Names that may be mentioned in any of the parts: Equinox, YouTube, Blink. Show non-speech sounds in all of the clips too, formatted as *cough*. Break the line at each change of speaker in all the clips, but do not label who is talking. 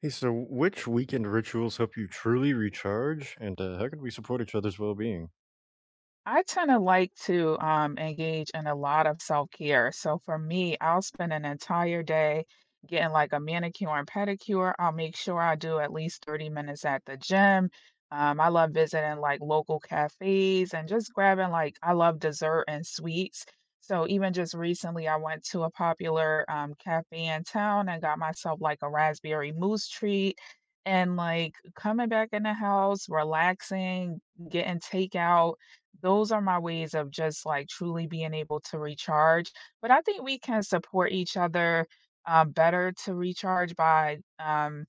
Hey, so which weekend rituals help you truly recharge, and how can we support each other's well-being?
I tend to like to engage in a lot of self-care. So for me, I'll spend an entire day getting like a manicure and pedicure. I'll make sure I do at least 30 minutes at the gym. I love visiting like local cafes and just grabbing like I love dessert and sweets. So even just recently, I went to a popular cafe in town and got myself like a raspberry mousse treat. And like coming back in the house, relaxing, getting takeout, those are my ways of just like truly being able to recharge. But I think we can support each other better to recharge by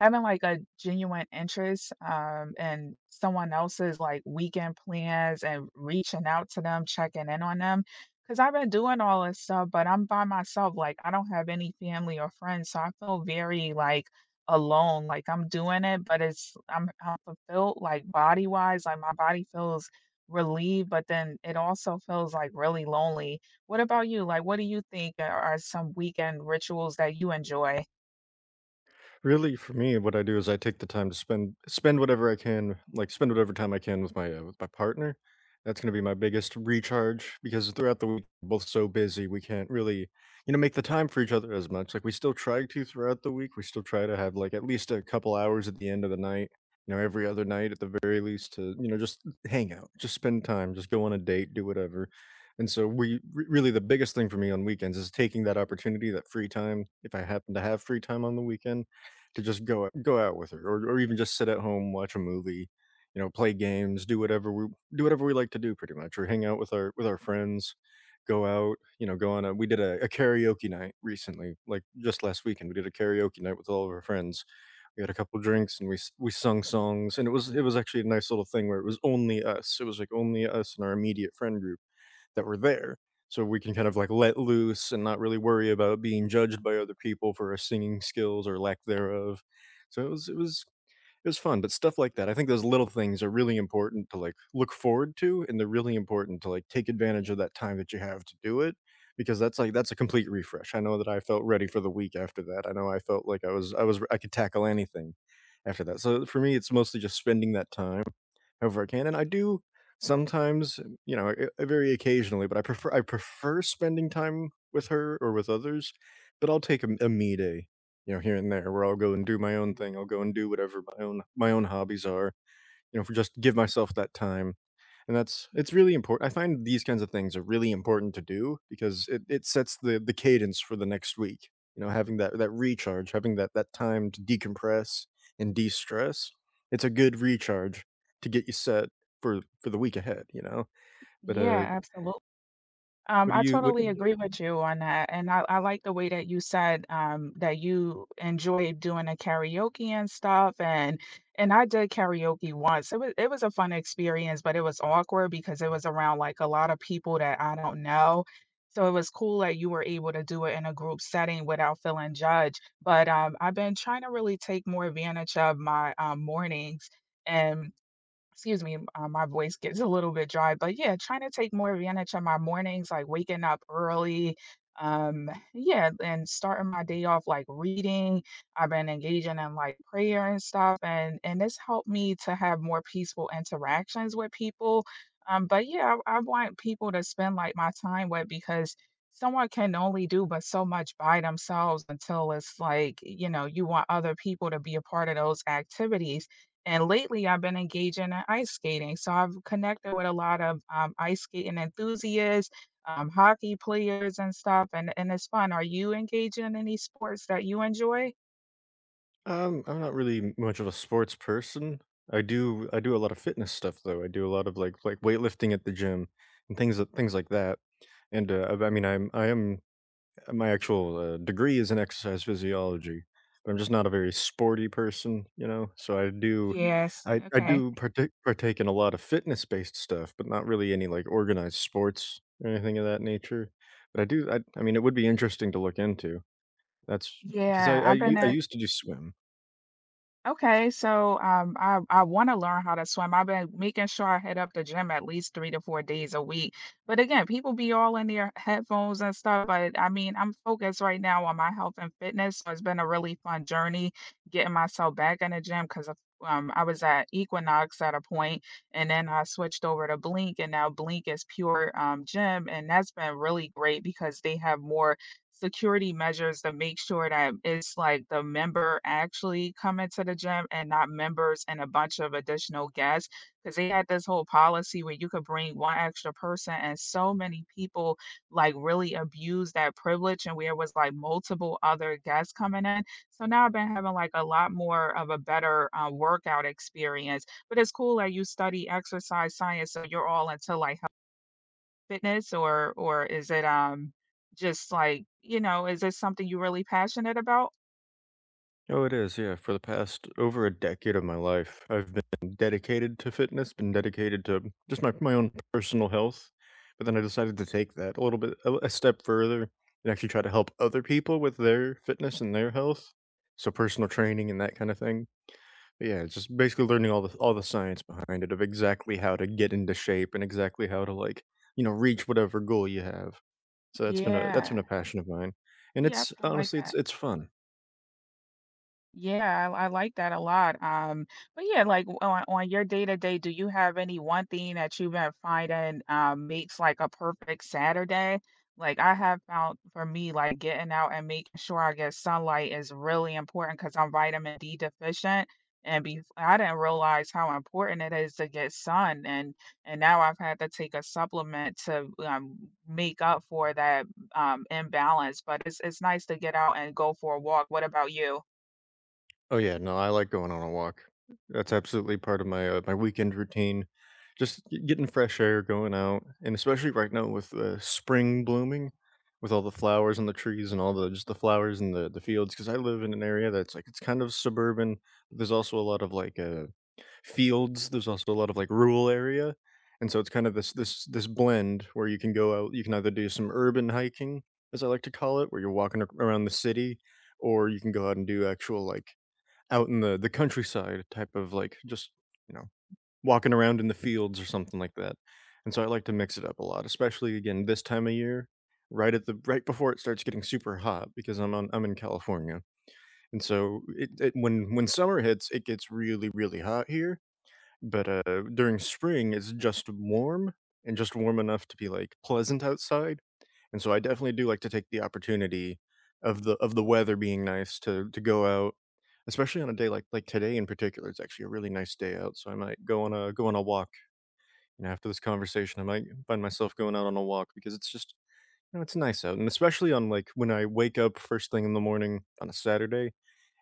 having, like, a genuine interest, in someone else's, like, weekend plans and reaching out to them, checking in on them. Because 'cause I've been doing all this stuff, but I'm by myself, like, I don't have any family or friends, so I feel very, like, alone, like, I'm doing it, but it's I'm fulfilled, like, body-wise, like, my body feels relieved, but then it also feels, like, really lonely. What about you? Like, what do you think are some weekend rituals that you enjoy?
Really, for me, what I do is I take the time to spend whatever I can, like spend whatever time I can with my partner. That's going to be my biggest recharge because throughout the week we're both so busy we can't really, you know, make the time for each other as much. Like we still try to throughout the week. We still try to have like at least a couple hours at the end of the night, you know, every other night at the very least to, you know, just hang out, just spend time, just go on a date, do whatever. And so really the biggest thing for me on weekends is taking that opportunity, that free time, if I happen to have free time on the weekend to just go out with her or even just sit at home, watch a movie, you know, play games, do whatever we like to do pretty much or hang out with our friends, go out, you know, go on a we did a karaoke night recently, like just last weekend. We did a karaoke night with all of our friends. We had a couple drinks and we sung songs and it was actually a nice little thing where it was only us. It was like only us and our immediate friend group that were there. So we can kind of like let loose and not really worry about being judged by other people for our singing skills or lack thereof. So it was fun, but stuff like that. I think those little things are really important to like look forward to, and they're really important to like take advantage of that time that you have to do it because that's a complete refresh. I know that I felt ready for the week after that. I know I felt like I could tackle anything after that. So for me it's mostly just spending that time however I can, and I do sometimes, you know, very occasionally, but I prefer spending time with her or with others, but I'll take a me day, you know, here and there, where I'll go and do my own thing. I'll go and do whatever my own hobbies are, you know, for just give myself that time and that's it's really important. I find these kinds of things are really important to do because it sets the cadence for the next week. You know, having that recharge, having that time to decompress and de stress, it's a good recharge to get you set for the week ahead. You know, but
Yeah, absolutely.
what do
I
you what?
totally agree with you on that. And I like the way that you said that you enjoy doing the karaoke and stuff. And I did karaoke once. It was a fun experience, but it was awkward because it was around like a lot of people that I don't know. So it was cool that you were able to do it in a group setting without feeling judged. But I've been trying to really take more advantage of my mornings. And excuse me, my voice gets a little bit dry, but yeah, trying to take more advantage of my mornings, like waking up early. Yeah, and starting my day off like reading. I've been engaging in like prayer and stuff, and this helped me to have more peaceful interactions with people. But yeah, I want people to spend like my time with because someone can only do but so much by themselves until it's like, you know, you want other people to be a part of those activities. And lately, I've been engaging in ice skating. So I've connected with a lot of ice skating enthusiasts, hockey players, and stuff. And it's fun. Are you engaging in any sports that you enjoy?
I'm not really much of a sports person. I do a lot of fitness stuff though. I do a lot of like weightlifting at the gym and things like that, and I mean, I am my actual degree is in exercise physiology, but I'm just not a very sporty person, you know. So I do,
Yes.
I
Okay.
do partake in a lot of fitness based stuff, but not really any like organized sports or anything of that nature. But I do, I mean, it would be interesting to look into. That's because
Yeah, I've been.
I
Yeah.
used to do swim.
Okay, so I want to learn how to swim. I've been making sure I hit up the gym at least 3 to 4 days a week. But again, people be all in their headphones and stuff. But I mean, I'm focused right now on my health and fitness. So it's been a really fun journey getting myself back in the gym because I was at Equinox at a point, and then I switched over to Blink, and now Blink is pure gym, and that's been really great because they have more security measures to make sure that it's like the member actually coming to the gym and not members and a bunch of additional guests. Because they had this whole policy where you could bring one extra person, and so many people like really abused that privilege, and where it was like multiple other guests coming in. So now I've been having like a lot more of a better workout experience. But it's cool that you study exercise science, so you're all into like fitness or is it just like, you know, is it something you're really passionate about?
Oh, it is, yeah. For the past over a decade of my life, I've been dedicated to fitness, been dedicated to just my own personal health. But then I decided to take that a little bit a step further and actually try to help other people with their fitness and their health. So personal training and that kind of thing. But yeah, it's just basically learning all the science behind it of exactly how to get into shape and exactly how to like, you know, reach whatever goal you have. So
Yeah.
that's been
Yeah.
a passion of mine. And
Yep,
it's
I like
honestly
that.
it's fun.
Yeah, I like that a lot, but yeah, like, on your day-to-day, do you have any one thing that you've been finding, makes, like, a perfect Saturday? Like, I have found for me, like, getting out and making sure I get sunlight is really important because 'cause I'm vitamin D deficient, and bef I didn't realize how important it is to get sun, and now I've had to take a supplement to, make up for that, imbalance, but it's nice to get out and go for a walk. What about you?
Oh yeah, no, I like going on a walk. That's absolutely part of my, my weekend routine. Just g getting fresh air, going out, and especially right now with, spring blooming, with all the flowers on the trees and all the just the flowers in the fields. Because I live in an area that's, like, it's kind of suburban. But there's also a lot of, like, fields. There's also a lot of, like, rural area, and so it's kind of this this blend where you can go out. You can either do some urban hiking, as I like to call it, where you're walking ar around the city, or you can go out and do actual, like, out in the countryside type of, like, just, you know, walking around in the fields or something like that, and so I like to mix it up a lot, especially, again, this time of year, right at the right before it starts getting super hot because I'm in California, and so it when summer hits, it gets really, really hot here, but, during spring, it's just warm and just warm enough to be, like, pleasant outside, and so I definitely do like to take the opportunity of the weather being nice to go out, especially on a day like today in particular. It's actually a really nice day out, so I might go on a walk, and after this conversation, I might find myself going out on a walk because it's just, you know, it's nice out, and especially on, like, when I wake up first thing in the morning on a Saturday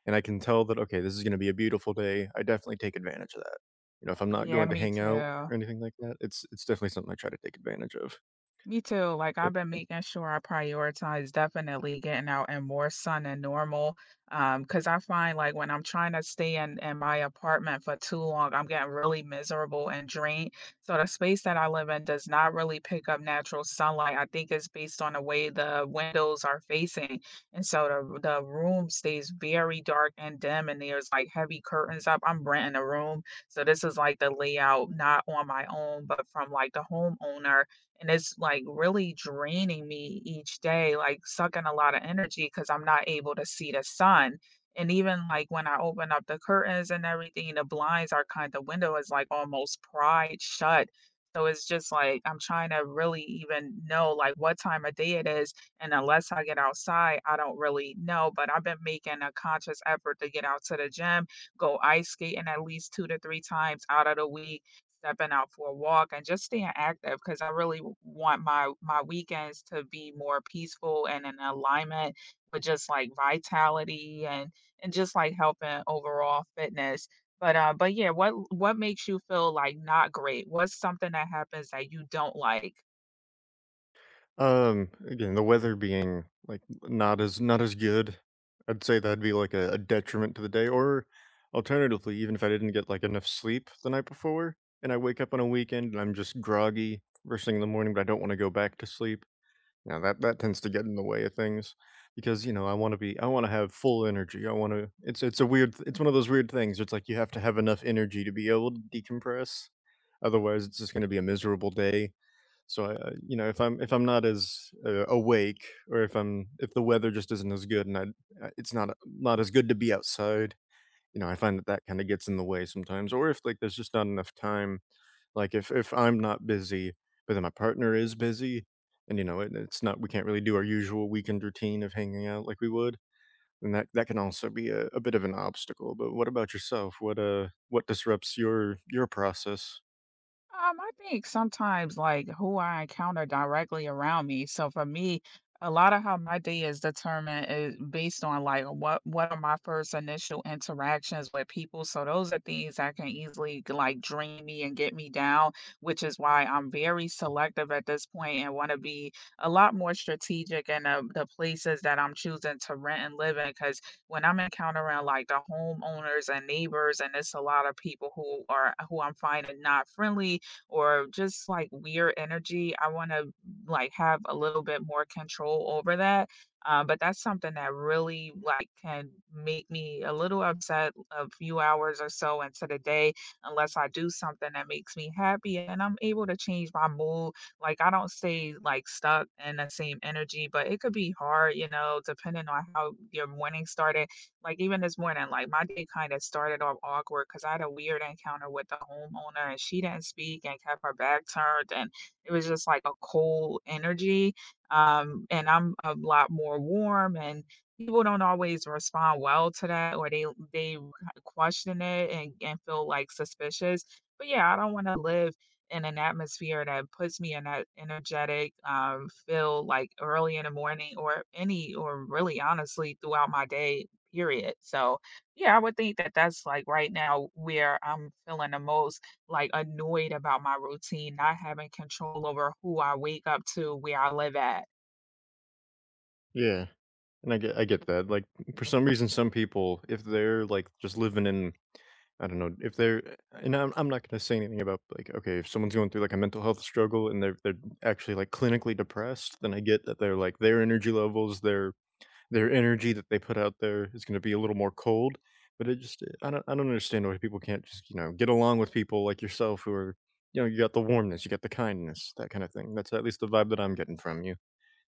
and I can tell that, okay, this is gonna be a beautiful day, I definitely take advantage of that. You know, if I'm not
Yeah,
going to
me
hang out
too.
or anything like that, it's definitely something I try to take advantage of.
Me too. Like I've
But,
been making sure I prioritize definitely getting out and more sun than normal. Because I find like when I'm trying to stay in my apartment for too long, I'm getting really miserable and drained. So the space that I live in does not really pick up natural sunlight. I think it's based on the way the windows are facing. And so the room stays very dark and dim and there's like heavy curtains up. I'm renting a room. So this is like the layout, not on my own, but from like the homeowner, and it's like really draining me each day, like sucking a lot of energy because I'm not able to see the sun. And even like when I open up the curtains and everything, the blinds are kind the window is like almost pried shut. So it's just like I'm trying to really even know like what time of day it is. And unless I get outside, I don't really know. But I've been making a conscious effort to get out to the gym, go ice skating at least two to three times out of the week, stepping out for a walk and just staying active because I really want my my weekends to be more peaceful and in alignment with just like vitality and just like helping overall fitness. But yeah, what makes you feel like not great? What's something that happens that you don't like?
again, the weather being, like, not as good, I'd say that'd be, like, a detriment to the day, or alternatively, even if I didn't get, like, enough sleep the night before, and I wake up on a weekend and I'm just groggy first thing in the morning, but I don't wanna go back to sleep. Now that tends to get in the way of things because, you know, I wanna have full energy. I wanna It's a weird, it's one of those weird things. It's like you have to have enough energy to be able to decompress. Otherwise, it's just gonna be a miserable day. So I, you know, if I'm not as, awake or if I'm if the weather just isn't as good and I, it's not as good to be outside, you know, I find that kinda gets in the way sometimes. Or if, like, there's just not enough time, like, if I'm not busy, but then my partner is busy, and, you know, it's not, we can't really do our usual weekend routine of hanging out like we would, and that can also be a bit of an obstacle, but what about yourself? What disrupts your process?
I think sometimes like who I encounter directly around me. So for me, a lot of how my day is determined is based on like what are my first initial interactions with people. So those are things that can easily like drain me and get me down, which is why I'm very selective at this point and want to be a lot more strategic in the places that I'm choosing to rent and live in. Because when I'm encountering like the homeowners and neighbors, and it's a lot of people who are who I'm finding not friendly or just like weird energy. I want to like have a little bit more control over that. But that's something that really like can make me a little upset a few hours or so into the day unless I do something that makes me happy and I'm able to change my mood. Like I don't stay like stuck in the same energy, but it could be hard, you know, depending on how your morning started, like even this morning, like my day kind of started off awkward because I had a weird encounter with the homeowner and she didn't speak and kept her back turned and it was just like a cold energy. And I'm a lot more warm and people don't always respond well to that or they question it and feel like suspicious. But yeah, I don't want to live in an atmosphere that puts me in that energetic feel like early in the morning or any or really honestly throughout my day period. So, yeah, I would think that that's like right now where I'm feeling the most like annoyed about my routine, not having control over who I wake up to, where I live at.
Yeah, and I get that, like, for some reason, some people, if they're, like, just living in, I don't know, if they're, and I'm not gonna say anything about, like, okay, if someone's going through, like, a mental health struggle and they're actually, like, clinically depressed, then I get that they're like, their energy that they put out there is gonna be a little more cold, but it just, I don't, understand why people can't just, you know, get along with people like yourself who are, you know, you got the warmness, you got the kindness, that kinda thing. That's at least the vibe that I'm getting from you.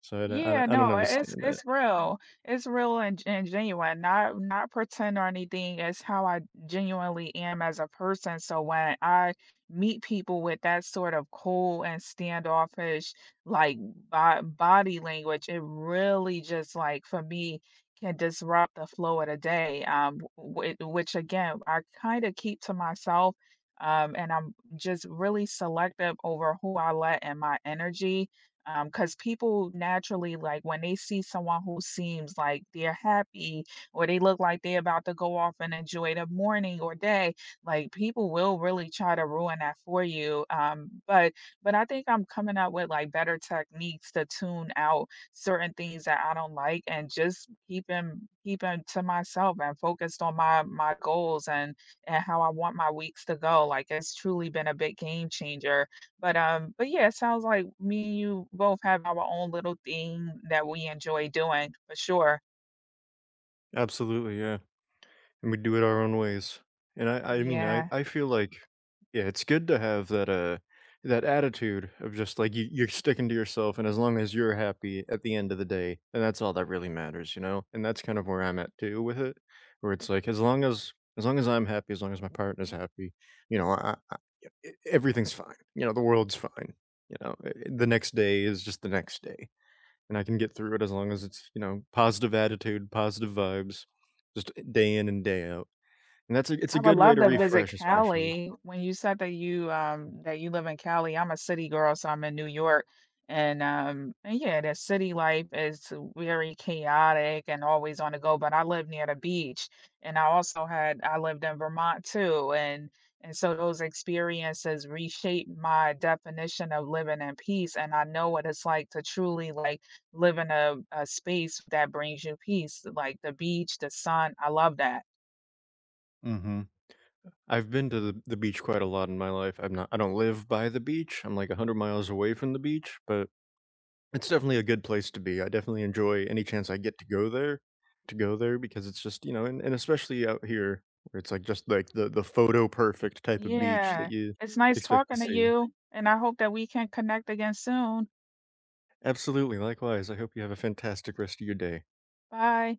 So I don't,
Yeah, no,
understand that.
it's real. It's real and genuine. Not not pretend or anything. It's how I genuinely am as a person. So when I meet people with that sort of cold and standoffish like bo body language, it really just like for me can disrupt the flow of the day. Which again, I kind of keep to myself. And I'm just really selective over who I let in my energy cause people naturally, like, when they see someone who seems like they're happy or they look like they're about to go off and enjoy the morning or day, like, people will really try to ruin that for you. But I think I'm coming up with, like, better techniques to tune out certain things that I don't like and just keeping to myself and focused on my my goals and how I want my weeks to go. Like, it's truly been a big game changer. But yeah, it sounds like me and you both have our own little thing that we enjoy doing for sure.
Absolutely, yeah. And we do it our own ways. And I mean,
Yeah.
I feel like, yeah, it's good to have that, that attitude of just like you, you're sticking to yourself, and as long as you're happy at the end of the day, and that's all that really matters, you know. And that's kind of where I'm at too with it, where it's like as long as I'm happy, as long as my partner's happy, you know, everything's fine. You know, the world's fine. You know, the next day is just the next day and I can get through it as long as it's, you know, positive attitude, positive vibes, just day in and day out. And that's a it's a
I would
good way
love
to
to visit
refresh, especially.
Cali. *laughs* When you said that you live in Cali, I'm a city girl, so I'm in New York. And yeah, the city life is very chaotic and always on the go, but I live near the beach and I also had I lived in Vermont too and so those experiences reshaped my definition of living in peace and I know what it's like to truly like live in a space that brings you peace, like the beach, the sun. I love that.
Mhm. I've been to the beach quite a lot in my life. I don't live by the beach. I'm like 100 miles away from the beach, but it's definitely a good place to be. I definitely enjoy any chance I get to go there because it's just, you know, and especially out here where it's like just like the photo perfect type of beach
Yeah.
that you
It's nice
expect to
talking to
see.
you, and I hope that we can connect again soon.
Absolutely. Likewise. I hope you have a fantastic rest of your day.
Bye.